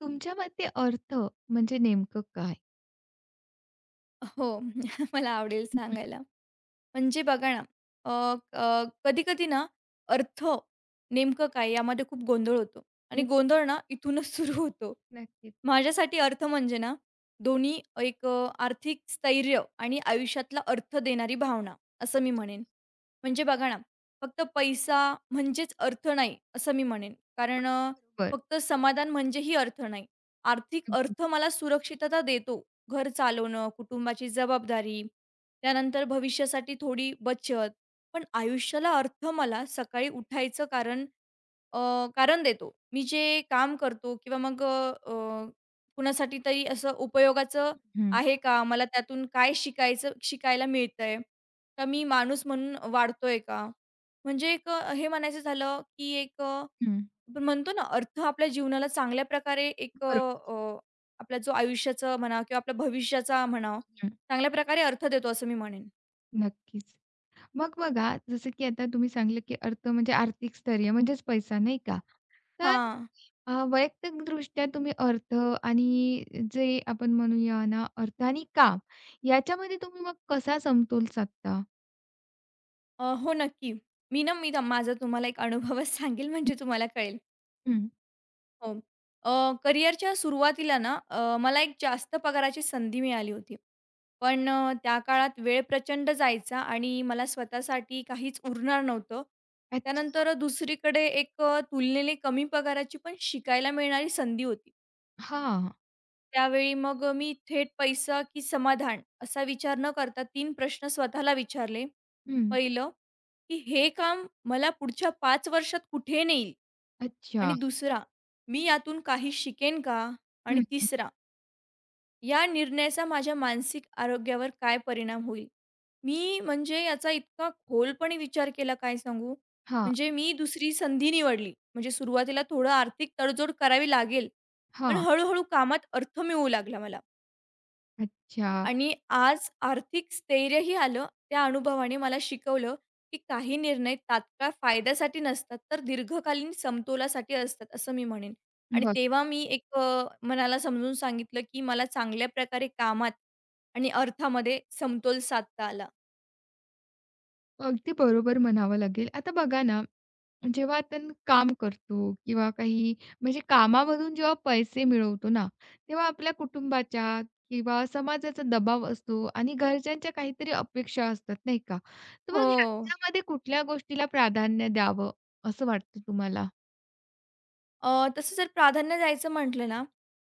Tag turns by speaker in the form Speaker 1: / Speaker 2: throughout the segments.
Speaker 1: तुमच्या मते अर्थ म्हणजे नेमकं काय?
Speaker 2: हो. मला आवडेल
Speaker 1: हं, हं.
Speaker 2: सांगायला. म्हणजे बघा ना, अ, अ, कधी-कधी ना अर्थ नेमकं काय यामध्ये खूप गोंधळ होतो
Speaker 1: न
Speaker 2: आणि गोंधळ ना इथूनच सुरू होतो.
Speaker 1: नक्कीच.
Speaker 2: माझ्यासाठी अर्थ म्हणजे ना, दोन्ही एक आर्थिक स्थैर्य आणि आयुष्यातला अर्थ देणारी भावना, असं मी म्हणेन. म्हणजे बघा ना, फक्त पैसा म्हणजेच अर्थ नाही, असं मी म्हणेन. कारण
Speaker 1: बरोबर.
Speaker 2: फक्त समाधान म्हणजेही अर्थ नाही. आर्थिक
Speaker 1: नक्कीच.
Speaker 2: अर्थ मला सुरक्षितता देतो. घर चालवणं, कुटुंबाची जबाबदारी, त्यानंतर भविष्यासाठी थोडी बचत. पण आयुष्याला अर्थ मला सकाळी उठायचं कारण देतो. मी जे काम करतो किंवा मग अ, अ, कुणासाठी तरी असं उपयोगाचं
Speaker 1: हं,
Speaker 2: आहे का? मला त्यातून काय शिकायला मिळतंय? का मी माणूस म्हणून वाढतोय का? म्हणजे एक हे म्हणायचं झालं, की एक
Speaker 1: हं.
Speaker 2: आपण म्हणतो ना अर्थ आपल्या जीवनाला चांगल्या प्रकारे एक
Speaker 1: बरोबर.
Speaker 2: आपला जो आयुष्याचा म्हणा किंवा आपल्या भविष्याचा म्हणा,
Speaker 1: हं,
Speaker 2: चांगल्या प्रकारे अर्थ देतो असं मी म्हणेन.
Speaker 1: नक्कीच. मग बघा जसं की आता तुम्ही सांगितलं की अर्थ म्हणजे आर्थिक स्थैर्य म्हणजेच पैसा नाही का? तर
Speaker 2: हां.
Speaker 1: वैयक्तिकदृष्ट्या तुम्ही अर्थ आणि जे आपण म्हणूया ना अर्थ आणि काम याच्यामध्ये तुम्ही मग कसा समतोल साधता?
Speaker 2: हो, नक्की. मी ना मी ना माझा तुम्हाला एक अनुभवच सांगेल म्हणजे तुम्हाला कळेल.
Speaker 1: हं.
Speaker 2: हो. करिअरच्या सुरुवातीला ना मला एक जास्त पगाराची संधी मिळाली होती. पण त्या काळात वेळ प्रचंड जायचा आणि मला स्वतःसाठी काहीच उरणार नव्हतं.
Speaker 1: अच्छा.
Speaker 2: त्यानंतर दुसरीकडे एक तुलनेने कमी पगाराची पण शिकायला मिळणारी संधी होती.
Speaker 1: हां.
Speaker 2: त्यावेळी मग मी थेट पैसा की समाधान असा विचार न करता 3 प्रश्न स्वतःला विचारले.
Speaker 1: हं.
Speaker 2: पहिलं, की हे काम मला पुढच्या 5 वर्षात कुठे नेईल? आणि
Speaker 1: अच्छा.
Speaker 2: दुसरा, मी यातून काही शिकेन का? आणि
Speaker 1: हं.
Speaker 2: तिसरा, या निर्णयाचा माझ्या मानसिक आरोग्यावर काय परिणाम होईल? मी म्हणजे याचा इतका खोलपणे विचार केला काय सांगू.
Speaker 1: हां,
Speaker 2: म्हणजे मी दुसरी संधी निवडली. म्हणजे सुरुवातीला थोडं आर्थिक तडजोड करावी लागेल, पण
Speaker 1: हां.
Speaker 2: हळू कामात अर्थ मिळू लागला मला.
Speaker 1: अच्छा.
Speaker 2: आणि आज आर्थिक स्थैर्यही आलं. त्या अनुभवाने मला शिकवलं, की काही निर्णय तात्काळ फायद्यासाठी नसतात, तर दीर्घकालीन समतोलासाठी असतात, असं मी म्हणेन. आणि
Speaker 1: बरं.
Speaker 2: तेव्हा मी एक मनाला समजून सांगितलं, की मला चांगल्या प्रकारे कामात आणि अर्थामध्ये समतोल साधता आला.
Speaker 1: अगदी बरोबर म्हणावं लागेल. आता बघा ना, जेव्हा आपण काम करतो किंवा काही म्हणजे कामावरून जेव्हा पैसे मिळवतो ना, तेव्हा आपल्या कुटुंबाच्या किंवा समाजाचा दबाव असतो आणि घरच्यांच्या काहीतरी अपेक्षा असतात, नाही का? तर
Speaker 2: हो.
Speaker 1: मग ह्याच्यामध्ये कुठल्या गोष्टीला प्राधान्य द्यावं असं वाटतं तुम्हाला?
Speaker 2: तसं जर प्राधान्य द्यायचं म्हटलं ना,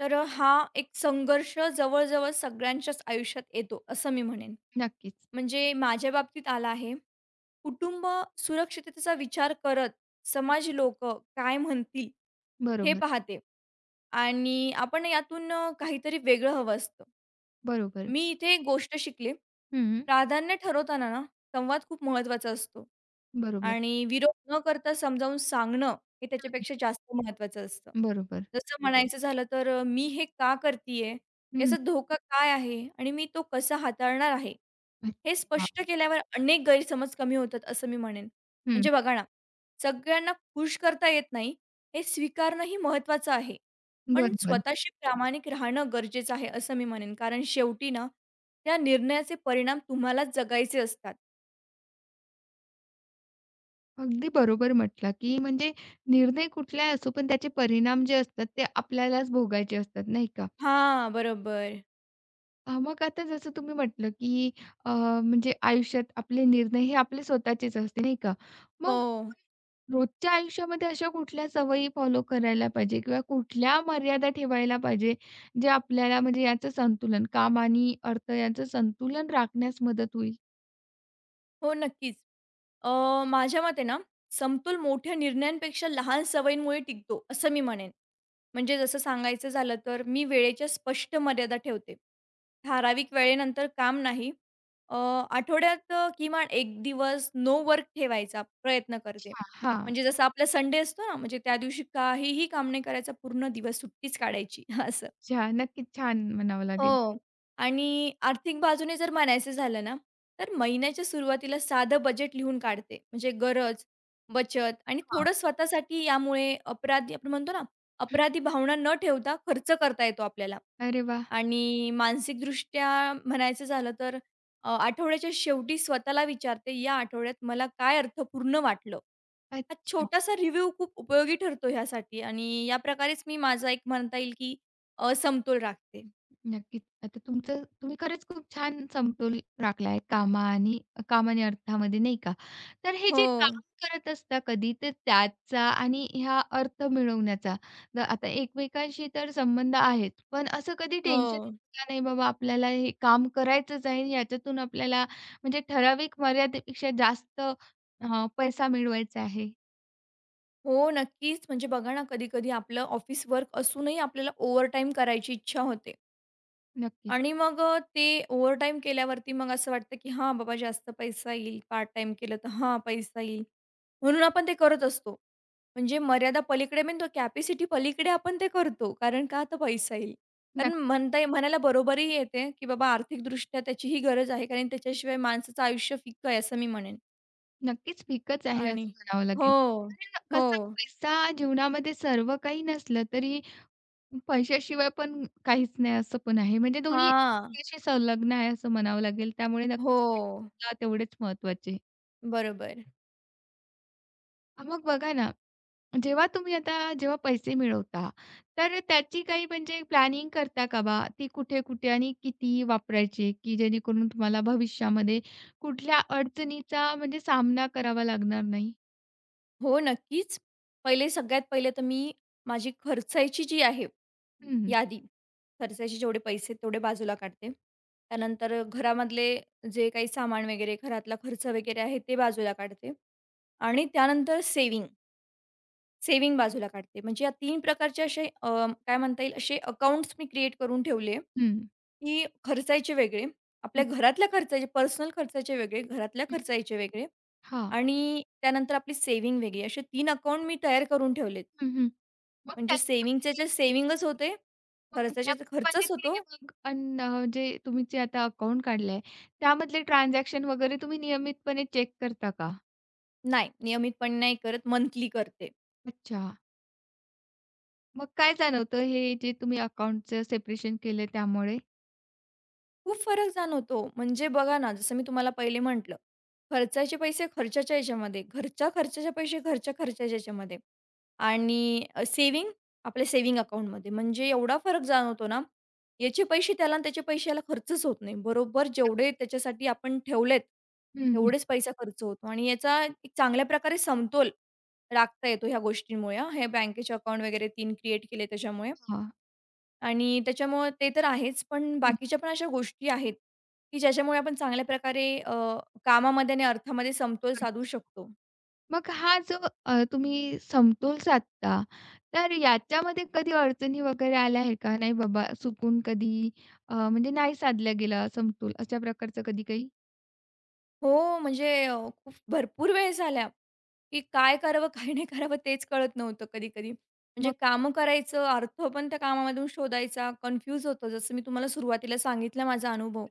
Speaker 2: तर हा एक संघर्ष जवळ-जवळ सगळ्यांच्याच आयुष्यात येतो, असं मी म्हणेन.
Speaker 1: नक्कीच.
Speaker 2: म्हणजे माझ्या बाबतीत आला आहे. कुटुंब सुरक्षिततेचा विचार करत समाज लोक काय म्हणतील हे
Speaker 1: बरोबर,
Speaker 2: पाहते आणि आपण यातून काहीतरी वेगळं हवं असतं.
Speaker 1: बरोबर.
Speaker 2: मी इथे एक गोष्ट शिकले.
Speaker 1: हं,
Speaker 2: प्राधान्य ठरवताना ना संवाद खूप महत्त्वाचा असतो
Speaker 1: बरोबर,
Speaker 2: आणि विरोध न करता समजावून सांगणं हे त्याच्यापेक्षा जास्त महत्त्वाचं असतं.
Speaker 1: बरोबर.
Speaker 2: जसं म्हणायचं झालं तर "मी हे का करतीये?
Speaker 1: हं,
Speaker 2: याचा धोका काय आहे आणि मी तो कसा हाताळणार आहे?" हे
Speaker 1: अच्छा.
Speaker 2: स्पष्ट केल्यावर अनेक गैरसमज कमी होतात असं मी म्हणेन.
Speaker 1: हं,
Speaker 2: म्हणजे बघा ना, सगळ्यांना खुश करता येत नाही, हे स्वीकारणंही महत्त्वाचं आहे. पण
Speaker 1: बरोबर.
Speaker 2: स्वतःशी प्रामाणिक राहणं गरजेचं आहे असं मी म्हणेन. कारण शेवटी ना, त्या निर्णयाचे परिणाम तुम्हालाच जगायचे असतात.
Speaker 1: अगदी बरोबर म्हटला, की म्हणजे निर्णय कुठलाही असो, पण त्याचे परिणाम जे असतात ते आपल्यालाच भोगायचे असतात, नाही का?
Speaker 2: हां, बरोबर.
Speaker 1: मग आता जसं तुम्ही म्हटलं, की अ, म्हणजे आयुष्यात आपले निर्णय हे आपले स्वतःचेच असते, नाही का? मग
Speaker 2: हो,
Speaker 1: रोजच्या आयुष्यामध्ये अशा कुठल्या सवयी फॉलो करायला पाहिजे किंवा कुठल्या मर्यादा ठेवायला पाहिजे, जे आपल्याला म्हणजे याचं संतुलन काम आणि अर्थ याचं संतुलन राखण्यास मदत होईल?
Speaker 2: हो, नक्कीच. अ, माझ्या मते ना, समतोल मोठ्या निर्णयांपेक्षा लहान सवयींमुळे टिकतो असं मी म्हणेन. म्हणजे जसं सांगायचं झालं तर मी वेळेच्या स्पष्ट मर्यादा ठेवते. ठराविक वेळेनंतर काम नाही. अ, आठवड्यात किमान 1 दिवस नो वर्क ठेवायचा प्रयत्न करते.
Speaker 1: हां, हां.
Speaker 2: म्हणजे जसं आपला संडे असतो ना, म्हणजे त्या दिवशी काहीही काम नाही करायचं, पूर्ण दिवस सुट्टीच काढायची असं.
Speaker 1: नक्कीच छान म्हणावं लागेल.
Speaker 2: हो. आणि आर्थिक बाजूने जर म्हणायचं झालं ना, तर महिन्याच्या सुरुवातीला साधं बजेट लिहून काढते. म्हणजे गरज, बचत आणि
Speaker 1: हां.
Speaker 2: थोडं स्वतःसाठी यामुळे अपराधी आपण म्हणतो ना, अपराधी भावना न ठेवता खर्च करता येतो आपल्याला.
Speaker 1: अरे वाह!
Speaker 2: आणि मानसिकदृष्ट्या म्हणायचं झालं तर आठवड्याच्या शेवटी स्वतःला विचारते, "या आठवड्यात मला काय अर्थपूर्ण वाटलं?" हा
Speaker 1: अच्छा.
Speaker 2: छोटासा रिव्ह्यू खूप उपयोगी ठरतो ह्यासाठी आणि या प्रकारेच मी माझा एक म्हणता येईल की समतोल राखते.
Speaker 1: नक्कीच. आता तुमचं तुम्ही खरंच खूप छान समतोल राखलाय कामा आणि काम आणि अर्थामध्ये, नाही का? तर हे
Speaker 2: हो.
Speaker 1: जे काम करत असता कधी, तर त्याचा आणि ह्या अर्थ मिळवण्याचा तर आता एकमेकांशी तर संबंध आहेत, पण असं कधी
Speaker 2: हो.
Speaker 1: टेन्शन का नाही बाबा आपल्याला हे काम करायचंच आहे याच्यातून आपल्याला म्हणजे ठराविक मर्यादेपेक्षा जास्त पैसा मिळवायचा आहे.
Speaker 2: हो, नक्कीच. म्हणजे बघा ना, कधी-कधी आपलं ऑफिस वर्क असूनही आपल्याला ओव्हरटाईम करायची इच्छा होते
Speaker 1: नक्कीच.
Speaker 2: आणि मग ते ओव्हरटाईम केल्यावरती मग असं वाटतं, की हां, बाबा जास्त पैसा येईल. पार्ट टाईम केलं तर हां, पैसा येईल. म्हणून आपण ते करत असतो. म्हणजे मर्यादा पलीकडे म्हणतो कॅपॅसिटी पलीकडे आपण ते करतो. कारण का? तर पैसा येईल. कारण
Speaker 1: नक्की.
Speaker 2: म्हणता म्हणायला बरोबरही येते, की बाबा आर्थिकदृष्ट्या त्याचीही गरज आहे. कारण त्याच्याशिवाय माणसाचं आयुष्य फिक्कं आहे असं मी म्हणेन
Speaker 1: नक्कीच फिकच आहे
Speaker 2: आणि
Speaker 1: असं म्हणावं
Speaker 2: हो.
Speaker 1: लागेल. कारण
Speaker 2: हो.
Speaker 1: कसं पैसा जीवनामध्ये सर्व काही नसलं तरी पैशाशिवाय पण काहीच नाही असं पण आहे. म्हणजे दोन्ही
Speaker 2: हां.
Speaker 1: एकमेकांशी संलग्न आहे असं म्हणावं लागेल. त्यामुळे
Speaker 2: हो,
Speaker 1: नक्कीच पैसेसुद्धा तेवढेच महत्त्वाचे.
Speaker 2: बरोबर.
Speaker 1: मग बघा ना, जेव्हा तुम्ही आता जेव्हा पैसे मिळवता, तर त्याची काही म्हणजे प्लॅनिंग करता का बा? ती कुठे-कुठे आणि किती वापरायची? की जेणेकरून तुम्हाला भविष्यामध्ये कुठल्या अडचणीचा म्हणजे सामना करावा लागणार नाही?
Speaker 2: हो, नक्कीच. पहिले सगळ्यात पहिले तर मी माझी खर्चायची जी आहे
Speaker 1: हं,
Speaker 2: यादी, खर्चायचे जेवढे पैसे तेवढे बाजूला काढते. त्यानंतर घरामधले जे काही सामान वगैरे, घरातला खर्च वगैरे आहे ते बाजूला काढते आणि त्यानंतर सेव्हिंग बाजूला काढते. म्हणजे या 3 प्रकारचे असे काय म्हणता येईल असे अकाउंट्स मी क्रिएट करून ठेवले.
Speaker 1: हं.
Speaker 2: की खर्चायचे वेगळे, आपल्या घरातल्या खर्चाचे पर्सनल खर्चाचे वेगळे, घरातल्या खर्चायचे वेगळे
Speaker 1: हां.
Speaker 2: आणि त्यानंतर आपली सेव्हिंग वेगळी. असे 3 अकाउंट मी तयार करून ठेवलेत.
Speaker 1: हं, हं. मग
Speaker 2: म्हणजे
Speaker 1: त्याचं
Speaker 2: सेव्हिंगचे जे सेव्हिंगच होते,
Speaker 1: मग
Speaker 2: खर्चाचे तर
Speaker 1: यावेळेस म्हणजे
Speaker 2: खर्चच
Speaker 1: ते
Speaker 2: होतो.
Speaker 1: मग अन जे तुम्ही जे आता अकाउंट काढलंय, त्यामधले ट्रान्झॅक्शन वगैरे तुम्ही नियमितपणे चेक करता का?
Speaker 2: नाही, नियमितपणे नाही करत, मंथली करते.
Speaker 1: अच्छा. मग काय जाणवतं हे जे तुम्ही अकाउंटचं सेपरेशन केलं त्यामुळे?
Speaker 2: खूप फरक जाणवतो. म्हणजे बघा ना, जसं मी तुम्हाला पहिले म्हटलं, खर्चाचे पैसे खर्चाच्या ह्याच्यामध्ये, घरच्या खर्चाचे पैसे घरच्या खर्चाच्या ह्याच्यामध्ये आणि आपल्या सेव्हिंग अकाउंटमध्ये. म्हणजे एवढा फरक जाणवतो ना, याचे पैसे त्याला आणि त्याचे पैसे खर्चच होत नाही. बरोबर जेवढे त्याच्यासाठी आपण ठेवलेत,
Speaker 1: हं, हं.
Speaker 2: तेवढेच पैसा खर्च होतो आणि याचा एक चांगल्या प्रकारे समतोल राखता येतो ह्या गोष्टींमुळे हां. हे बँकेचे अकाउंट वगैरे 3 क्रिएट केले त्याच्यामुळे.
Speaker 1: हां.
Speaker 2: आणि त्याच्यामुळं ते तर आहेच, पण
Speaker 1: हं,
Speaker 2: बाकीच्या पण अशा गोष्टी आहेत, की ज्याच्यामुळे आपण चांगल्या प्रकारे कामामध्ये आणि अर्थामध्ये समतोल
Speaker 1: बरोबर.
Speaker 2: साधू शकतो.
Speaker 1: मग हा जो तुम्ही समतोल साधता, तर याच्यामध्ये कधी अडचणी वगैरे आल्या आहे का? नाही बाबा चुकून कधी म्हणजे नाही साधला गेला समतोल अशा प्रकारचं कधी काही?
Speaker 2: हो, म्हणजे खूप भरपूर वेळेस झाल्या, की काय करावं, काय नाही करावं तेच कळत नव्हतं कधी-कधी. म्हणजे
Speaker 1: मग?
Speaker 2: कामं करायचं, अर्थ पण त्या कामामधून शोधायचा, कन्फ्यूज होतं. जसं मी तुम्हाला सुरुवातीला सांगितला माझा अनुभव.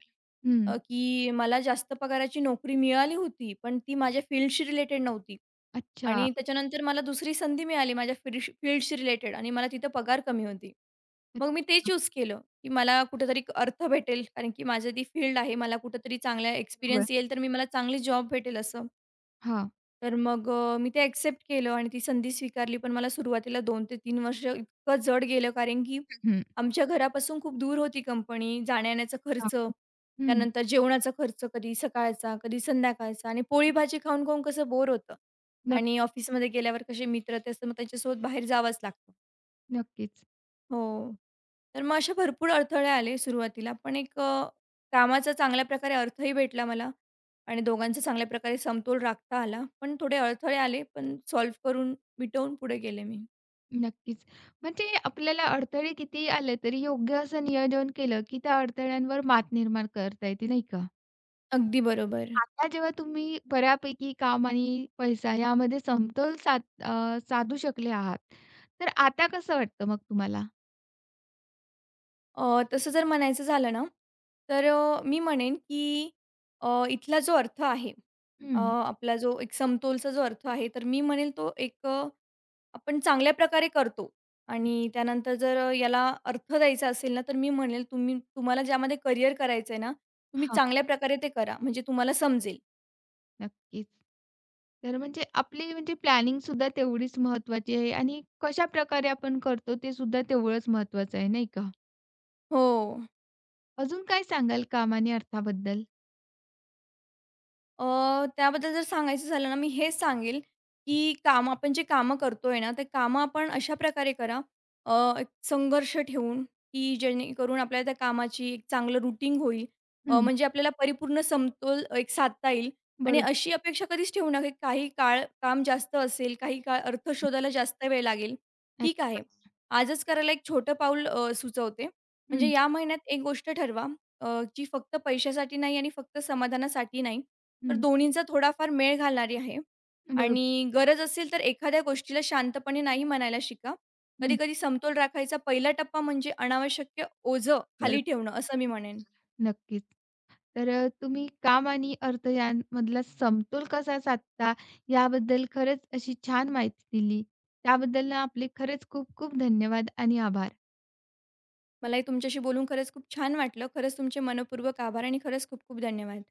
Speaker 1: हं.
Speaker 2: की मला जास्त पगाराची नोकरी मिळाली होती, पण ती माझ्या फील्डशी रिलेटेड नव्हती.
Speaker 1: अच्छा.
Speaker 2: आणि त्याच्यानंतर मला दुसरी संधी मिळाली माझ्या फील्डशी फील्डशी रिलेटेड आणि मला तिथं पगार कमी होती. मग मी ते चूज केलं, की मला कुठेतरी एक अर्थ भेटेल कारण की माझी ती फील्ड आहे. मला कुठेतरी चांगला
Speaker 1: बरोबर.
Speaker 2: एक्सपिरियन्स येईल, तर मी मला चांगली जॉब भेटेल असं.
Speaker 1: हां.
Speaker 2: तर मग मी ते एक्सेप्ट केलं आणि ती संधी स्वीकारली. पण मला सुरुवातीला 2 ते 3 वर्ष इतकं जड गेलं, कारण की
Speaker 1: हं.
Speaker 2: आमच्या घरापासून खूप दूर होती कंपनी. जाण्या-येण्याचा
Speaker 1: हां.
Speaker 2: खर्च,
Speaker 1: हं.
Speaker 2: त्यानंतर जेवणाचा खर्च, कधी सकाळचा, कधी संध्याकाळचा आणि पोळी-भाजी खाऊन-खाऊन कसं बोर होतं
Speaker 1: नक्क
Speaker 2: आणि ऑफिसमध्ये गेल्यावर कसे मित्र ते असं मग त्यांच्यासोबत बाहेर जावंच लागतं.
Speaker 1: नक्कीच,
Speaker 2: हो. तर मग असे भरपूर अडथळे आले सुरुवातीला. पण एक कामाचा चांगल्या प्रकारे अर्थही भेटला मला आणि दोघांचा चांगल्या प्रकारे समतोल राखता आला. पण थोडे अडथळे आले, पण सॉल्व्ह करून मिटवून पुढे गेले मी.
Speaker 1: नक्कीच. म्हणजे आपल्याला अडथळे कितीही आले तरी योग्य असं नियोजन केलं, की त्या अडथळ्यांवर मात निर्माण करता येते, नाही का?
Speaker 2: अगदी बरोबर.
Speaker 1: आता जेव्हा तुम्ही बऱ्यापैकी काम आणि पैसा यामध्ये समतोल साधू शकले आहात, तर आता कसं वाटतं मग तुम्हाला?
Speaker 2: तसं जर म्हणायचं झालं ना, तर मी म्हणेन की इथला जो अर्थ आहे, अ,
Speaker 1: हं.
Speaker 2: आपला जो एक समतोलचा जो अर्थ आहे, तर मी म्हणेल तो एक आपण चांगल्या प्रकारे करतो आणि त्यानंतर जर याला अर्थ द्यायचा असेल ना, तर मी म्हणेल तुम्ही तुम्हाला ज्यामध्ये करियर करायचं आहे ना, तुम्ही
Speaker 1: हां,
Speaker 2: चांगल्या प्रकारे ते करा. म्हणजे तुम्हाला समजेल.
Speaker 1: नक्कीच. तर म्हणजे आपली म्हणजे प्लॅनिंग सुद्धा तेवढीच महत्त्वाची आहे आणि कशाप्रकारे आपण करतो ते सुद्धा तेवढंच महत्त्वाचं आहे, नाही का?
Speaker 2: हो.
Speaker 1: अजून काय सांगाल काम आणि अर्थाबद्दल?
Speaker 2: त्याबद्दल जर सांगायचं झालं ना, मी हेच सांगेल, की काम आपण जे कामं करतोय ना, ते कामं आपण अशा प्रकारे करा, एक संघर्ष ठेवून, की जेणेकरून आपल्याला त्या कामाची एक चांगलं रूटीन होईल.
Speaker 1: हं,
Speaker 2: म्हणजे आपल्याला परिपूर्ण समतोल एक साधता येईल आणि
Speaker 1: बरोबर.
Speaker 2: अशी अपेक्षा कधीच ठेवू नका, की काही काळ काम जास्त असेल, काही काळ अर्थ शोधायला जास्त वेळ लागेल. ठीक आहे.
Speaker 1: अच्छा.
Speaker 2: आजच करायला एक छोटं पाऊल सुचवते. म्हणजे
Speaker 1: हं,
Speaker 2: या महिन्यात एक गोष्ट ठरवा, जी फक्त पैशासाठी नाही आणि फक्त समाधानासाठी नाही. तर
Speaker 1: हं.
Speaker 2: दोन्हींचा थोडाफार मेळ घालणारी आहे
Speaker 1: बरोबर.
Speaker 2: आणि गरज असेल तर एखाद्या गोष्टीला शांतपणे नाही म्हणायला शिका.
Speaker 1: हं,
Speaker 2: कधी-कधी समतोल राखायचा पहिला टप्पा म्हणजे अनावश्यक ओझं खाली
Speaker 1: बरोबर.
Speaker 2: ठेवणं, असं मी म्हणेन.
Speaker 1: नक्कीच. तर तुम्ही काम आणि अर्थ यांमधला समतोल कसा साधता याबद्दल खरंच अशी छान माहिती दिली. त्याबद्दल ना आपले खरंच खूप खूप धन्यवाद आणि आभार.
Speaker 2: मलाही तुमच्याशी बोलून खरंच खूप छान वाटलं. खरंच तुमचे मनःपूर्वक आभार आणि खरंच खूप खूप धन्यवाद.